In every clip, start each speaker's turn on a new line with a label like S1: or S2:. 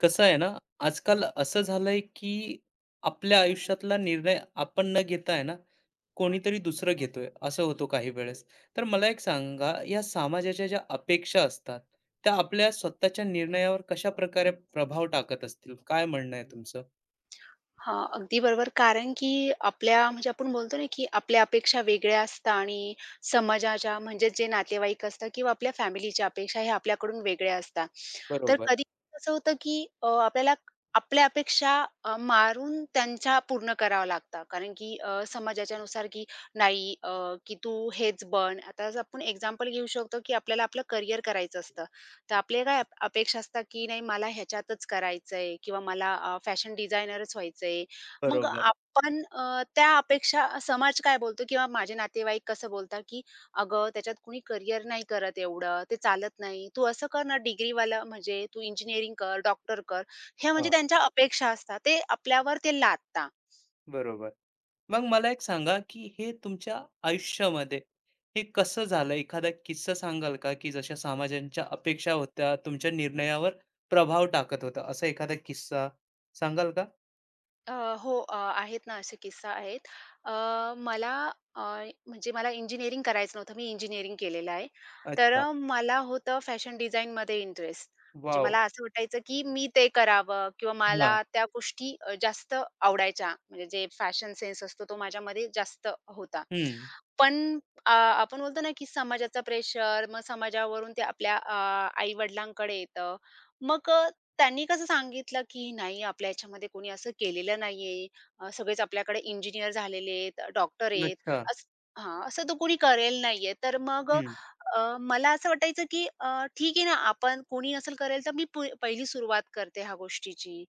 S1: कसं आहे ना, आजकाल असं झालंय की आपल्या आयुष्यातला निर्णय आपण न घेता आहे ना, कोणीतरी दुसरं घेतोय, असं होतो काही वेळेस. तर मला एक सांगा, या समाजाच्या ज्या अपेक्षा असतात, त्या आपल्या स्वतःच्या निर्णयावर कशा प्रकारे प्रभाव टाकत असतील? काय म्हणणं आहे तुमचं?
S2: हां, अगदी बरोबर. कारण की आपल्या म्हणजे आपण बोलतो ना, की आपल्या अपेक्षा वेगळ्या असतात आणि समाजाच्या म्हणजे जे नातेवाईक असतात किंवा आपल्या फॅमिलीच्या अपेक्षा ह्या आपल्याकडून वेगळ्या असतात. तर
S1: बरोबर,
S2: कधी असं होतं, की आपल्याला आपल्या अपेक्षा मारून त्यांच्या पूर्ण कराव्या लागतात. कारण की समाजाच्या नुसार की नाही की तू हेच बन. आता जर आपण एक्झाम्पल घेऊ शकतो, की आपल्याला आपलं करियर करायचं असतं. तर आपले काय अपेक्षा असतात, की नाही मला ह्याच्यातच करायचंय किंवा मला फॅशन डिझायनरच व्हायचंय. मग
S1: बरोबर.
S2: आपण त्या अपेक्षा समाज काय बोलतो किंवा माझे नातेवाईक कसं बोलतात, की "अगं, त्याच्यात कुणी करियर नाही करत एवढं, ते चालत नाही. तू असं कर ना डिग्रीवालं म्हणजे तू इंजिनिअरिंग कर, डॉक्टर कर." ह्या म्हणजे
S1: हां.
S2: त्यांच्या अपेक्षा असतात. ते आपल्यावर ते लादतात.
S1: बरोबर. मग मला एक सांगा, की हे तुमच्या आयुष्यामध्ये हे कसं झालं? एखादा किस्सा सांगाल का, की जशा समाजांच्या अपेक्षा होत्या, तुमच्या निर्णयावर प्रभाव टाकत होता, असा एखादा किस्सा सांगाल का?
S2: अ, हो, आहेत ना असे किस्सा आहेत. अ, मला अ, म्हणजे मला इंजिनिअरिंग करायचं नव्हतं. मी इंजिनिअरिंग केलेलं आहे. तर
S1: अच्छा.
S2: मला होतं फॅशन डिझाइनमध्ये इंटरेस्ट. म्हणजे
S1: वॉव!
S2: मला असं वाटायचं, की मी ते करावं किंवा मला
S1: हां.
S2: त्या गोष्टी जास्त आवडायच्या. म्हणजे जे फॅशन सेन्स असतो तो माझ्यामध्ये जास्त होता.
S1: हं.
S2: पण आपण बोलतो ना, की समाजाचा प्रेशर, मग समाजावरून ते आपल्या आई-वडिलांकडे येतं. मग त्यांनी कसं सांगितलं, की "नाही, आपल्या ह्याच्यामध्ये कोणी असं केलेलं नाहीये. सगळेच आपल्याकडे इंजिनिअर झालेले आहेत, डॉक्टर आहेत.
S1: अच्छा.
S2: असं हां, असं तर कोणी करेल नाहीये." तर मग
S1: हं.
S2: मला असं वाटायचं, की ठीक आहे ना, आपण कोणी नसेल करेल, तर मी प पहिली सुरुवात करते ह्या गोष्टीची.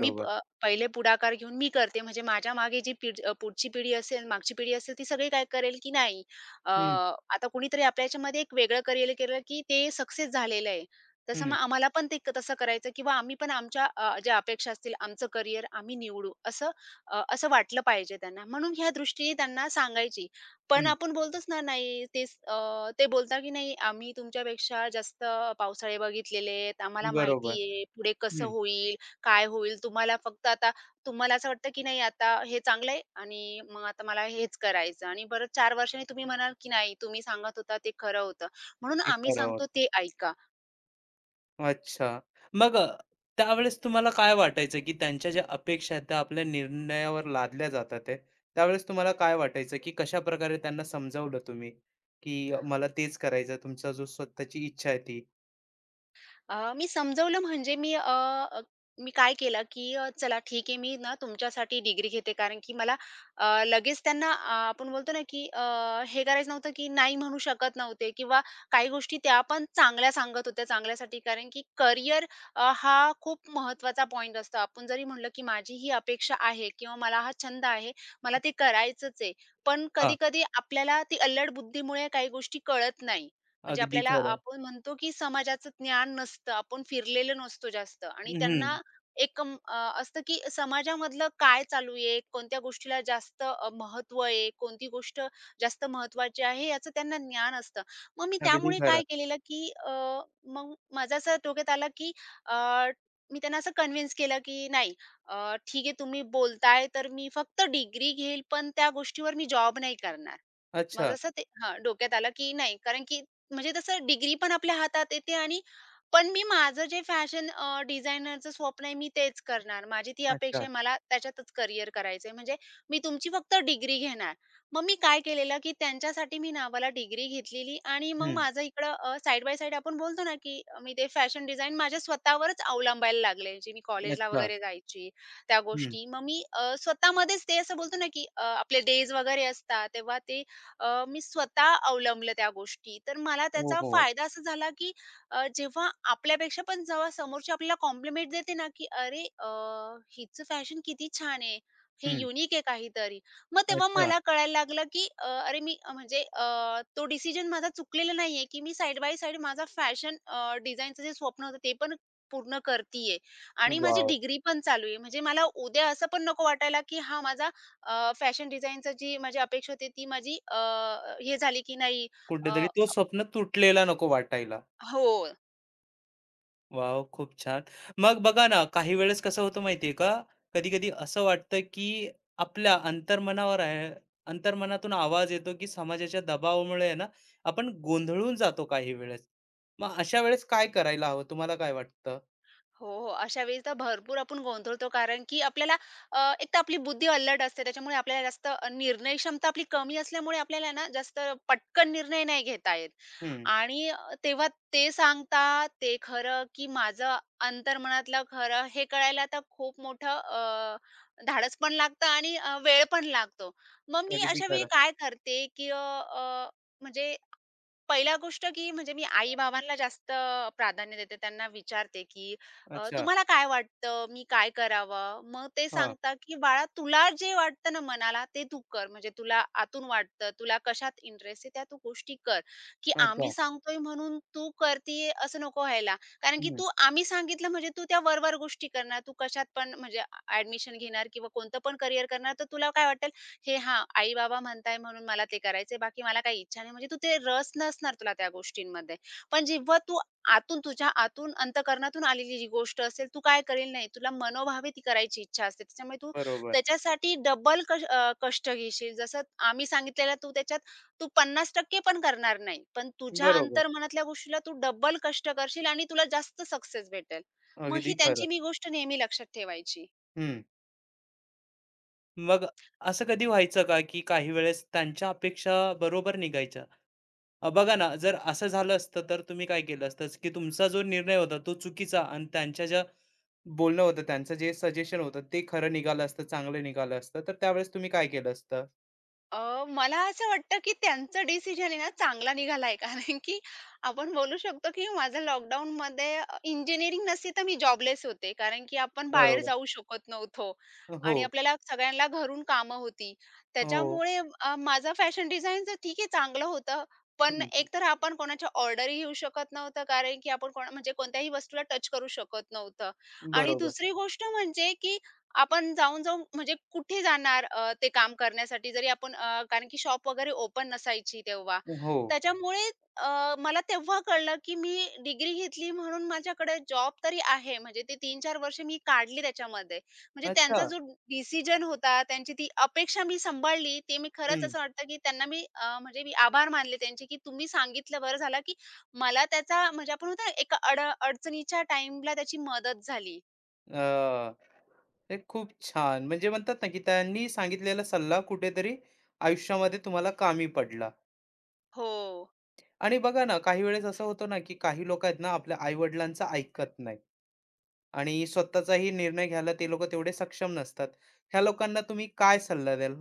S2: पहिले पुढाकार घेऊन मी करते. म्हणजे माझ्या मागे जी पुढची पिढी असेल, मागची पिढी असेल, ती सगळी काय करेल, की नाही
S1: हं,
S2: आता कोणीतरी आपल्या ह्याच्यामध्ये एक वेगळं करिअर केलं, की ते सक्सेस झालेलं आहे. तसं
S1: हं,
S2: मग आम्हाला पण ते तसं करायचं किंवा आम्ही पण आमच्या ज्या अपेक्षा असतील, आमचं करियर आम्ही निवडू असं असं वाटलं पाहिजे त्यांना. म्हणून ह्या दृष्टीने त्यांना सांगायची. पण
S1: हं.
S2: आपण बोलतोच ना, नाही तेच ते बोलतात की "नाही आम्ही तुमच्यापेक्षा जास्त पावसाळे बघितलेले आहेत, आम्हाला माहिती
S1: बरोबर.
S2: आहे पुढे कसं
S1: हं.
S2: होईल, काय होईल. तुम्हाला फक्त आता तुम्हाला असं वाटतं की नाही आता हे चांगलं आहे आणि मग आता मला हेच करायचं" आणि परत 4 वर्षांनी तुम्ही म्हणाल की "नाही तुम्ही सांगत होता ते खरं होतं." म्हणून
S1: ते
S2: आम्ही
S1: खरं
S2: सांगतो
S1: होतं.
S2: ते ऐका.
S1: अच्छा. मग त्यावेळेस तुम्हाला काय वाटायचं, की त्यांच्या ज्या अपेक्षा आहेत त्या आपल्या निर्णयावर लादल्या जातात आहे. त्यावेळेस तुम्हाला काय वाटायचं, की कशाप्रकारे त्यांना समजावलं तुम्ही, की मला तेच करायचं तुमचा जो स्वतःची इच्छा आहे ती?
S2: मी समजवलं म्हणजे मी अ, अ, मी काय केलं, की चला ठीक आहे, मी ना तुमच्यासाठी डिग्री घेते कारण की मला लगेच त्यांना आपण बोलतो ना, की हे करायचं नव्हतं, की नाही म्हणू शकत नव्हते किंवा काही गोष्टी त्या पण चांगल्या सांगत होत्या चांगल्यासाठी. कारण की करिअर हा खूप महत्त्वाचा पॉइंट असतो. आपण जरी म्हणलं, की माझी ही अपेक्षा आहे किंवा मला हा छंद आहे, मला ते करायचंच आहे. पण
S1: हां,
S2: कधी-कधी आपल्याला ती अल्लड बुद्धीमुळे काही गोष्टी कळत नाही. म्हणजे
S1: अगदी
S2: आपल्याला
S1: खरं.
S2: आपण म्हणतो, की समाजाचं ज्ञान नसतं, आपण फिरलेलो नसतो जास्त आणि
S1: हं,
S2: त्यांना एक असतं, की समाजामधलं काय चालू आहे, कोणत्या गोष्टीला जास्त महत्त्व आहे, कोणती गोष्ट जास्त महत्त्वाची आहे, याचं त्यांना ज्ञान असतं. मग मी
S1: अगदी
S2: त्यामुळे
S1: खरं.
S2: काय केलेलं, की मग माझं असं डोक्यात आलं, की अ, मी त्यांना असं कन्व्हिन्स केलं, की नाही ठीक आहे तुम्ही बोलताय, तर मी फक्त डिग्री घेईल, पण त्या गोष्टीवर मी जॉब नाही करणार.
S1: अच्छा,
S2: माझं असं ते हां, डोक्यात आलं, की नाही कारण की म्हणजे तसं डिग्री पण आपल्या हातात येते आणि पण मी माझं जे फॅशन डिझायनरचं स्वप्न आहे, मी तेच करणार. माझी ती
S1: अच्छा.
S2: अपेक्षा आहे. मला त्याच्यातच करियर करायचं आहे. म्हणजे मी तुमची फक्त डिग्री घेणार. मग मी काय केलेलं, की त्यांच्यासाठी मी नावाला डिग्री घेतलेली आणि मग
S1: हं.
S2: माझं इकडं बाय साइड आपण बोलतो ना, की मी ते फॅशन डिझाइन माझ्या स्वतःवरच अवलंबायला लागले. जे मी कॉलेजला
S1: अच्छा.
S2: वगैरे जायची त्या
S1: हं.
S2: गोष्टी. मग मी स्वतःमध्येच ते असं बोलतो ना, की आपले डेज वगैरे असतात, तेव्हा ते मी स्वतः अवलंबल्या त्या गोष्टी. तर मला त्याचा
S1: ओहो!
S2: फायदा असा झाला, की जेव्हा आपल्यापेक्षा पण जेव्हा समोरची आपल्याला कॉम्प्लिमेंट देते ना, की "अरे हिचं फॅशन किती छान आहे. हे
S1: हं.
S2: युनिक आहे काहीतरी." मग तेव्हा
S1: अच्छा.
S2: मला कळायला लागलं, की अ, अरे मी अ, म्हणजे अ, तो डिसिजन माझा चुकलेला नाहीये, की मी साइड बाय साइड माझा जे स्वप्न होतं ते पण पूर्ण करतीये आणि माझी
S1: वॉव!
S2: डिग्री पण चालू आहे. म्हणजे मला उद्या असं पण नको वाटायला, की हा माझा फॅशन डिझाइनचं जी माझी अपेक्षा होती ती हे झाली की नाही अ,
S1: कुठेतरी तो स्वप्न तुटलेला नको वाटायला.
S2: हो.
S1: वाव, खूप छान. मग बघा ना, काही वेळेस कसं होतं माहिती आहे का, कधी-कधी असं वाटतं, की आपल्या अंतर्मनावर आहे अंतर्मनातून आवाज येतो, की समाजाच्या दबावामुळे आहे ना, आपण गोंधळून जातो काही वेळेस. मग अशा वेळेस काय करायला हवं, तुम्हाला काय वाटतं?
S2: हो, हो. अशा वेळी तर भरपूर आपण गोंधळतो कारण की आपल्याला एक तर आपली बुद्धी अल्लड असते त्याच्यामुळे आपल्याला जास्त निर्णय क्षमता आपली कमी असल्यामुळे आपल्याला ना जास्त पटकन निर्णय नाही घेता येत.
S1: हं,
S2: आणि तेव्हा ते सांगता, ते खरं की माझं अंतर्मनातलं खरं हे कळायला आता खूप मोठं धाडस पण लागतं आणि वेळ पण लागतो. मग मी
S1: अगदी
S2: अशा वेळी
S1: खरं.
S2: काय करते, की अ, अ, म्हणजे पहिल्या गोष्ट की म्हणजे मी आई-बाबांना जास्त प्राधान्य देते. त्यांना विचारते, की
S1: अच्छा.
S2: "तुम्हाला काय वाटतं? मी काय करावं?" मग ते
S1: हां.
S2: सांगतात, की "बाळा तुला जे वाटतं ना मनाला ते तू कर. म्हणजे तुला आतून वाटतं, तुला कशात इंटरेस्ट आहे त्या तू गोष्टी कर, की आम्ही
S1: अच्छा.
S2: सांगतोय म्हणून तू करतीये असं नको व्हायला. कारण की
S1: हं.
S2: तू आम्ही सांगितलं म्हणजे तू त्या वर गोष्टी करणार. तू कशात पण म्हणजे ॲडमिशन घेणार किंवा कोणतं पण करियर करणार तर तुला काय वाटेल हे हां, आई-बाबा म्हणताय म्हणून मला ते करायचंय, बाकी मला काही इच्छा नाही. म्हणजे तू ते रस नसणार तुला त्या गोष्टींमध्ये. पण जेव्हा तू आतून तुझ्या आतून अंतःकरणातून आलेली जी गोष्ट असेल, तू काय करेल नाही. तुला मनोभावे ती करायची इच्छा असते. त्याच्यामुळे तू
S1: बरोबर.
S2: त्याच्यासाठी डबल कष्ट घेशील. जसं आम्ही सांगितलेलं तू त्याच्यात तू 50% पण करणार नाही. पण तुझ्या
S1: बरोबर.
S2: अंतर्मनातल्या गोष्टीला तू डबल कष्ट करशील आणि तुला जास्त सक्सेस भेटेल. मग ही
S1: अगदी खरं.
S2: त्यांची मी गोष्ट नेहमी लक्षात ठेवायची.
S1: हं. मग असं कधी व्हायचं का, की काही वेळेस त्यांच्या अपेक्षा बरोबर निघायच्या? बघा ना, जर असं झालं असतं, तर तुम्ही काय केलं असतं, की तुमचा जो निर्णय होता तो चुकीचा आणि त्यांच्या ज्या बोलणं होतं, त्यांचं जे सजेशन होतं ते खरं निघालं असतं, चांगलं निघालं असतं, तर त्यावेळेस तुम्ही काय केलं असतं?
S2: मला असं वाटतं, की त्यांचा डिसिजन आहे ना चांगला निघाला आहे. कारण की आपण बोलू शकतो, की माझं लॉकडाऊनमध्ये इंजिनिअरिंग नसती तर मी जॉबलेस होते. कारण की आपण बाहेर
S1: बरोबर.
S2: जाऊ शकत नव्हतो आणि
S1: हो,
S2: आपल्याला सगळ्यांना घरून कामं होती.
S1: हो.
S2: त्याच्यामुळे माझं फॅशन डिझाइनचं ठीक आहे चांगलं होतं. पण
S1: हं,
S2: एकतर आपण कोणाच्या ऑर्डरही घेऊ शकत नव्हतं. कारण की आपण कोणा म्हणजे कोणत्याही वस्तूला टच करू शकत नव्हतं आणि
S1: बरोबर.
S2: दुसरी गोष्ट म्हणजे, की आपण जाऊन-जाऊन म्हणजे कुठे जाणार ते काम करण्यासाठी जरी आपण कारण की शॉप वगैरे ओपन नसायची तेव्हा.
S1: हो.
S2: त्याच्यामुळे मला तेव्हा कळलं, की मी डिग्री घेतली म्हणून माझ्याकडे जॉब तरी आहे. म्हणजे ते तीन-चार वर्ष मी काढली त्याच्यामध्ये. म्हणजे
S1: अच्छा.
S2: त्यांचा जो डिसिजन होता, त्यांची ती अपेक्षा मी सांभाळली. ते मी खरंच
S1: हं.
S2: असं वाटतं, की त्यांना म्हणजे मी आभार मानले त्यांचे, की तुम्ही सांगितलं बरं झालं, की मला त्याचा म्हणजे आपण म्हणतो ना एका अडचणीच्या टाईमला त्याची मदत झाली.
S1: अ, हे खूप छान. म्हणजे म्हणतात ना, की त्यांनी सांगितलेला सल्ला कुठेतरी आयुष्यामध्ये तुम्हाला कामी पडला.
S2: हो.
S1: आणि बघा ना, काही वेळेस असं होतं ना, की काही लोकं आहेत ना, आपल्या आई-वडिलांचं ऐकत नाही आणि स्वतःचाही निर्णय घ्यायला ते लोकं तेवढे सक्षम नसतात. ह्या लोकांना तुम्ही काय सल्ला द्याल?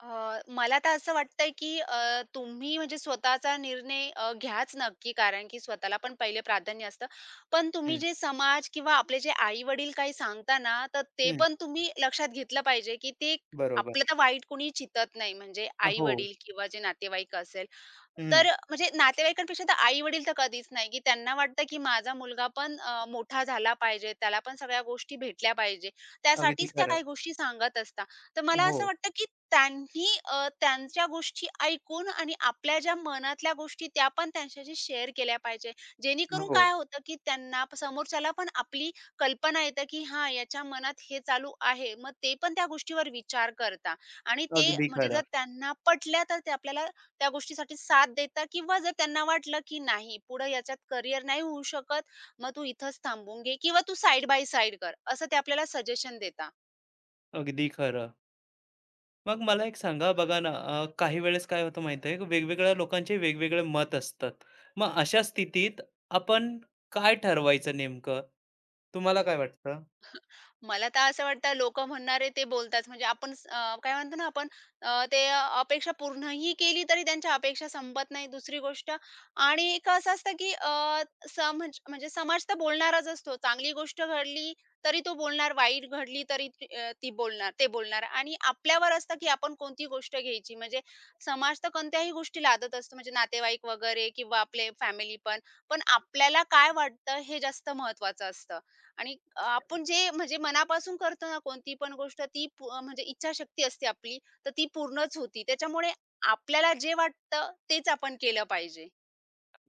S2: मला तर असं वाटतंय, की तुम्ही म्हणजे स्वतःचा निर्णय घ्याच नक्की, कारण की स्वतःला पण पहिले प्राधान्य असतं. पण तुम्ही
S1: हं,
S2: जे समाज किंवा आपले जे आई-वडील काही सांगता ना, तर ते
S1: हं.
S2: पण तुम्ही लक्षात घेतलं पाहिजे, की ते
S1: बरोबर.
S2: आपलं तर वाईट कोणी चितत नाही, म्हणजे
S1: हो.
S2: आई-वडील किंवा जे नातेवाईक असेल.
S1: हं.
S2: तर म्हणजे नातेवाईकांपेक्षा तर आई-वडील तर कधीच नाही, की त्यांना वाटतं, की माझा मुलगा पण मोठा झाला पाहिजे, त्याला पण सगळ्या गोष्टी भेटल्या पाहिजे.
S1: अगदी
S2: त्यासाठीच त्या
S1: खरं.
S2: काही गोष्टी सांगत असतात. तर मला
S1: हो,
S2: असं वाटतं, की त्यांनी त्यांच्या गोष्टी ऐकून आणि आपल्या ज्या मनातल्या गोष्टी त्या पण त्यांच्याशी शेअर केल्या पाहिजे. जेणेकरून
S1: हो.
S2: काय होतं, की त्यांना समोरच्याला पण आपली कल्पना येते, की हां, याच्या मनात हे चालू आहे. मग ते पण त्या गोष्टीवर विचार करता आणि ते
S1: अगदी
S2: म्हणजे जर
S1: खरं,
S2: त्यांना पटल्या, तर ते आपल्याला त्या गोष्टीसाठी साथ देतात किंवा जर त्यांना वाटलं, की नाही पुढे याच्यात करियर नाही होऊ शकत, मग तू इथंच थांबून घे किंवा तू साइड बाय साइड कर, असं ते आपल्याला सजेशन देतात.
S1: अगदी खरं. मग मला एक सांगा बघा ना, काही वेळेस काय होतं माहिती आहे, वेगवेगळ्या लोकांचे वेगवेगळे मत असतात. मग अशा स्थितीत आपण काय ठरवायचं नेमकं? तुम्हाला काय वाटतं?
S2: मला तर असं वाटतं लोकं म्हणणारे ते बोलतात. म्हणजे आपण काय म्हणतो ना आपण ते अपेक्षा पूर्णही केली तरी त्यांच्या अपेक्षा संपत नाही दुसरी गोष्ट आणि एक असं असतं की अ, समज म्हणजे समाज तर बोलणारच असतो. चांगली गोष्ट घडली तरी तो बोलणार, वाईट घडली तरी ती बोलणार ते बोलणार आणि आपल्यावर असतं की आपण कोणती गोष्ट घ्यायची. म्हणजे समाज तर कोणत्याही गोष्टी लादत असतो म्हणजे नातेवाईक वगैरे किंवा आपले फॅमिली पण. पण आपल्याला काय वाटतं हे जास्त महत्त्वाचं असतं. आणि आपण जे म्हणजे मनापासून करतो ना कोणती पण गोष्ट म्हणजे इच्छाशक्ती असते आपली, तर ती पूर्णच होती. त्याच्यामुळे आपल्याला जे वाटतं तेच आपण केलं पाहिजे.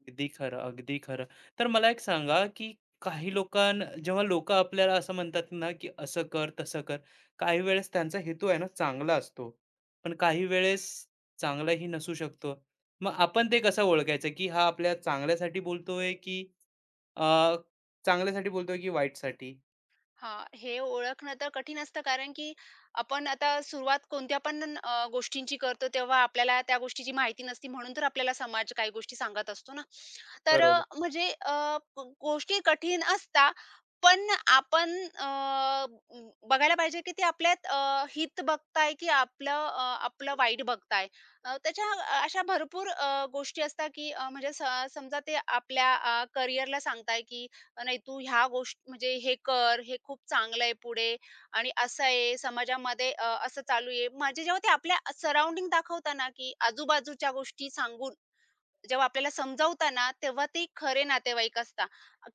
S1: अगदी खरं, अगदी खरं. तर मला एक सांगा, की काही लोकांना जेव्हा लोकं आपल्याला असं म्हणतात ना, की असं कर, तसं कर. काही वेळेस त्यांचा हेतू आहे ना, चांगला असतो. पण काही वेळेस चांगलाही नसू शकतो. मग आपण ते कसं ओळखायचं, की हा आपल्या चांगल्यासाठी बोलतोय, की अ, चांगल्यासाठी बोलतोय, की वाईटसाठी?
S2: हां, हे ओळखणं तर कठीण असतं कारण की आपण आता सुरुवात कोणत्या पण गोष्टींची करतो तेव्हा आपल्याला त्या गोष्टीची माहिती नसती म्हणून तर आपल्याला समाज काही गोष्टी सांगत असतो ना. तर अ,
S1: बरोबर.
S2: म्हणजे अ, प- गोष्टी कठीण असता पण आपण अ, बघायला पाहिजे की ते आपल्यात हित बघताय की आपलं आपलं वाईट बघताय. त्याच्या अशा भरपूर गोष्टी असतात की अ, म्हणजे स समजा ते आपल्या करिअरला सांगताय की नाही तू ह्या गोष्टी म्हणजे हे कर, हे खूप चांगलं आहे पुढे आणि असं आहे समाजामध्ये असं चालू आहे. म्हणजे जेव्हा ते आपल्या सराउंडिंग दाखवताना, की आजूबाजूच्या गोष्टी सांगून जेव्हा आपल्याला समजावता ना, तेव्हा ते खरे नातेवाईक असता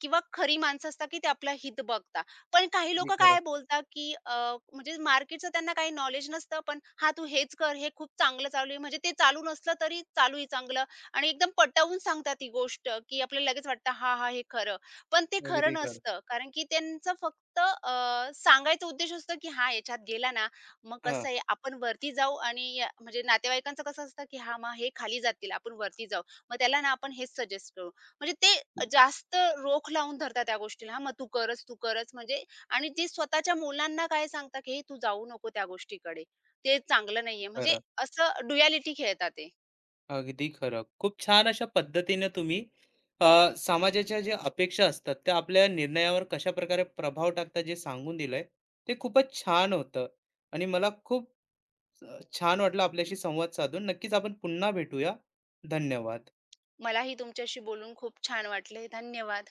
S2: किंवा खरी माणसं असतात, की ते आपलं हित बघता. पण काही
S1: अगदी
S2: लोकं
S1: खरं,
S2: काय बोलतात, की म्हणजे मार्केटचं त्यांना काही नॉलेज नसतं, पण हा तू हेच कर, हे खूप चांगलं चालू आहे." म्हणजे ते चालू नसलं तरी चालू आहे चांगलं आणि एकदम पटवून सांगतात ती गोष्ट, की आपल्याला लगेच वाटतं, "हां, हां, हे खरं." पण ते खरं
S1: अगदी खरं.
S2: नसतं. कारण की त्यांचं फक्त सांगायचा उद्देश असतो, की "हां, याच्यात गेला ना, मग
S1: हां,
S2: कसं आहे आपण वरती जाऊ" आणि म्हणजे नातेवाईकांचं कसं असतं, की "हां, मग हे खाली जातील, आपण वरती जाऊ." मग त्याला ना आपण हेच सजेस्ट करू. म्हणजे ते जास्त रोख लावून धरतात त्या गोष्टीला. हां, मग तू करच, तू करच म्हणजे आणि ती स्वतःच्या मुलांना काय सांगतात, की "हे तू जाऊ नको त्या गोष्टीकडे. ते चांगलं नाहीये." म्हणजे
S1: खरं.
S2: असं ड्युएलिटी खेळतात ते.
S1: अगदी खरं. खूप छान अशा पद्धतीने तुम्ही अ, समाजाच्या ज्या अपेक्षा असतात, त्या आपल्या निर्णयावर कशा प्रकारे प्रभाव टाकतात जे सांगून दिलंय, ते खूपच छान होतं आणि मला खूप छान वाटलं आपल्याशी संवाद साधून. नक्कीच आपण पुन्हा भेटूया. धन्यवाद.
S2: मलाही तुमच्याशी बोलून खूप छान वाटले. धन्यवाद.